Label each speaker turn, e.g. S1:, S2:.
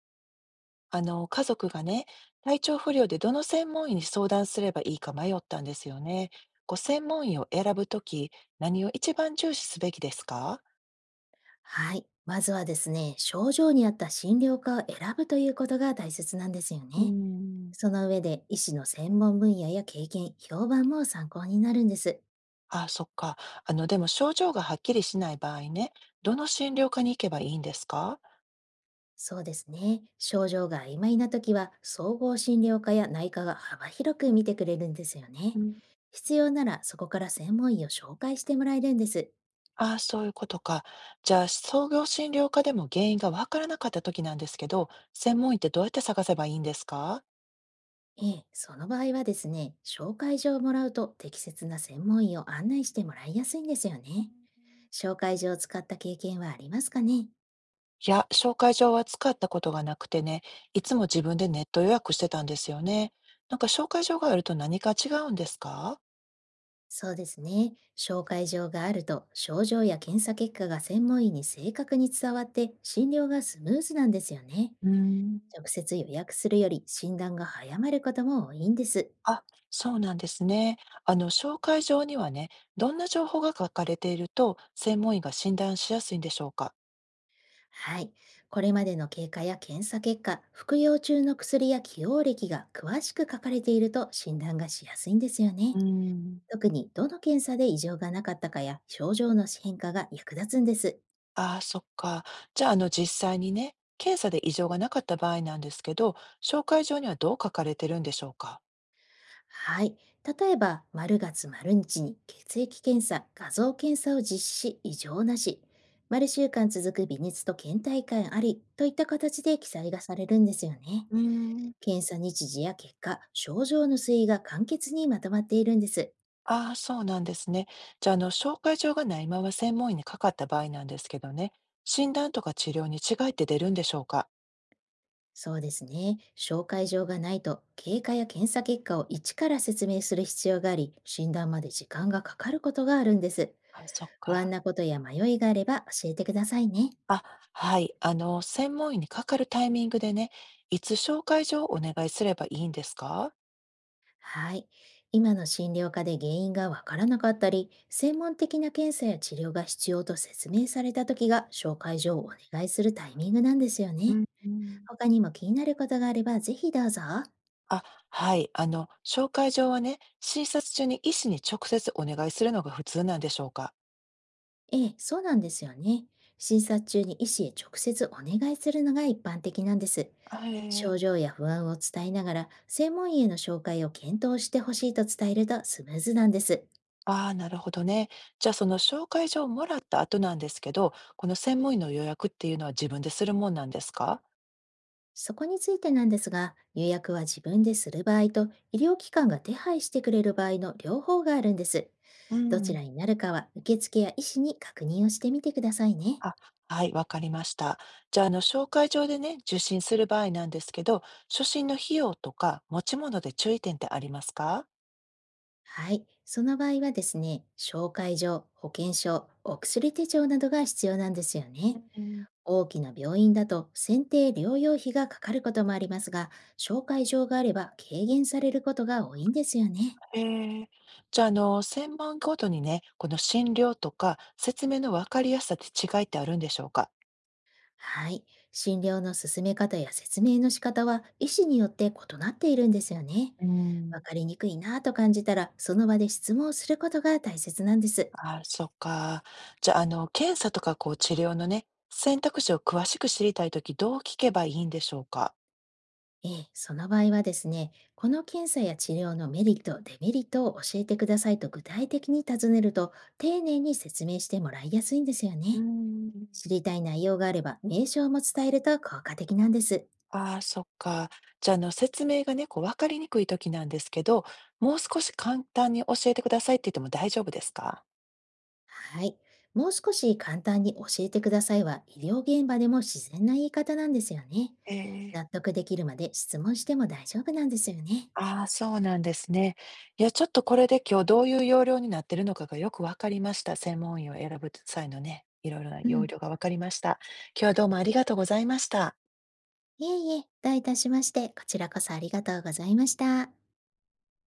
S1: 家族がね、体調不良でどの専門医に相談すればいいか迷ったんですよね。こう専門医を選ぶとき、何を一番重視すべきですか？
S2: はい。まずはですね、症状に合った診療科を選ぶということが大切なんですよ
S1: うー
S2: ね。
S1: ん、
S2: その上で医師の専門分野や経験、評判も参考になるんです。
S1: あ、そっか。でも症状がはっきりしない場合ね、どの診療科に行けばいいんですか？
S2: そうですね。症状が曖昧な時は、総合診療科や内科が幅広く見てくれるんですよ
S1: う
S2: ね。
S1: ん。
S2: 必要ならそこから専門医を紹介してもらえるんです。
S1: ああ、そういうことか。じゃあ、創業診療科でも原因がわからなかったときなんですけど、専門医ってどうやって探せばいいんですか？
S2: ええ、その場合はですね、紹介状をもらうと適切な専門医を案内してもらいやすいんですよね。紹介状を使った経験はありますかね。
S1: いや、紹介状は使ったことがなくてね、いつも自分でネット予約してたんですよね。なんか紹介状があると何か違うんですか？
S2: そうですね。紹介状があると症状や検査結果が専門医に正確に伝わって診療がスムーズなんですよね。
S1: うーん、
S2: 直接予約するより診断が早まることも多いんです。
S1: あ、そうなんですね。紹介状にはね、どんな情報が書かれていると専門医が診断しやすいんでしょうか？
S2: はい。これまでの経過や検査結果、服用中の薬や起用歴が詳しく書かれていると診断がしやすいんですよ
S1: う
S2: ね。
S1: ーん、
S2: 特にどの検査で異常がなかったかや症状の変化が役立つんです。
S1: ああ、そっか。じゃあ、実際にね、検査で異常がなかった場合なんですけど、紹介状にはどう書かれてるんでしょうか？
S2: はい。例えば、丸月丸日に血液検査、画像検査を実施し、異常なし。丸週間続く微熱と倦怠感ありといった形で記載がされるんですよね。
S1: うーん。
S2: 検査日時や結果、症状の推移が簡潔にまとまっているんです。
S1: ああ、そうなんですね。じゃあ、紹介状がないまま専門医にかかった場合なんですけどね、診断とか治療に違いって出るんでしょうか？
S2: そうですね。紹介状がないと、経過や検査結果を一から説明する必要があり、診断まで時間がかかることがあるんです。
S1: あ、そっ
S2: 不安
S1: か。
S2: なことや迷いがあれば教えてくださいね。
S1: あ、はい。専門医にかかるタイミングでね、いつ紹介状をお願いすればいいんですか？
S2: はい。今の診療科で原因がわからなかったり、専門的な検査や治療が必要と説明されたときが紹介状をお願いするタイミングなんですよ
S1: う
S2: ね。
S1: ん、うん。
S2: 他にも気になることがあればぜひどうぞ。
S1: あ、はい。紹介状はね、診察中に医師に直接お願いするのが普通なんでしょうか？
S2: ええ、そうなんですよね。診察中に医師へ直接お願いするのが一般的なんです。
S1: あ、へえ。
S2: 症状や不安を伝えながら、専門医への紹介を検討してほしいと伝えるとスムーズなんです。
S1: ああ、なるほどね。じゃあ、その紹介状をもらった後なんですけど、この専門医の予約っていうのは自分でするもんなんですか？
S2: そこについてなんですが、予約は自分でする場合と、医療機関が手配してくれる場合の両方があるんです。
S1: う
S2: どち
S1: ん。
S2: らになるかは、受付や医師に確認をしてみてくださいね。
S1: あ、はい、わかりました。じゃあ、紹介状でね、受診する場合なんですけど、初診の費用とか持ち物で注意点ってありますか？
S2: はい。その場合はですね、紹介状、保険証、お薬手帳などが必要なんですよ
S1: う
S2: ね。
S1: ん。
S2: 大きな病院だと選定療養費がかかることもありますが、紹介状があれば軽減されることが多いんですよね。
S1: へえ、じゃあ、専門ごとにね、この診療とか説明のわかりやすさって違いってあるんでしょうか？
S2: はい。診療の進め方や説明の仕方は医師によって異なっているんですよね。
S1: うん。
S2: わかりにくいなぁと感じたら、その場で質問をすることが大切なんです。
S1: ああ、そっか。じゃあ、検査とかこう治療のね、選択肢を詳しく知りたいとき、どう聞けばいいんでしょうか？
S2: ええ、その場合はですね、この検査や治療のメリット、デメリットを教えてくださいと具体的に尋ねると、丁寧に説明してもらいやすいんですよ
S1: うー
S2: ね。
S1: ん。
S2: 知りたい内容があれば、名称も伝えると効果的なんです。
S1: ああ、そっか。じゃあ、説明がね、こう分かりにくいときなんですけど、もう少し簡単に教えてくださいって言っても大丈夫ですか？
S2: はい。もう少し簡単に教えてくださいは、医療現場でも自然な言い方なんですよね。
S1: ええ。
S2: 納得できるまで質問しても大丈夫なんですよね。
S1: ああ、そうなんですね。いや、ちょっとこれで今日どういう要領になってるのかがよく分かりました。専門医を選ぶ際のね、いろいろな
S2: う
S1: 要
S2: ん。
S1: 領が分かりました。今日はどうもありがとうございました。
S2: いえいえ、どういたしまして、こちらこそありがとうございました。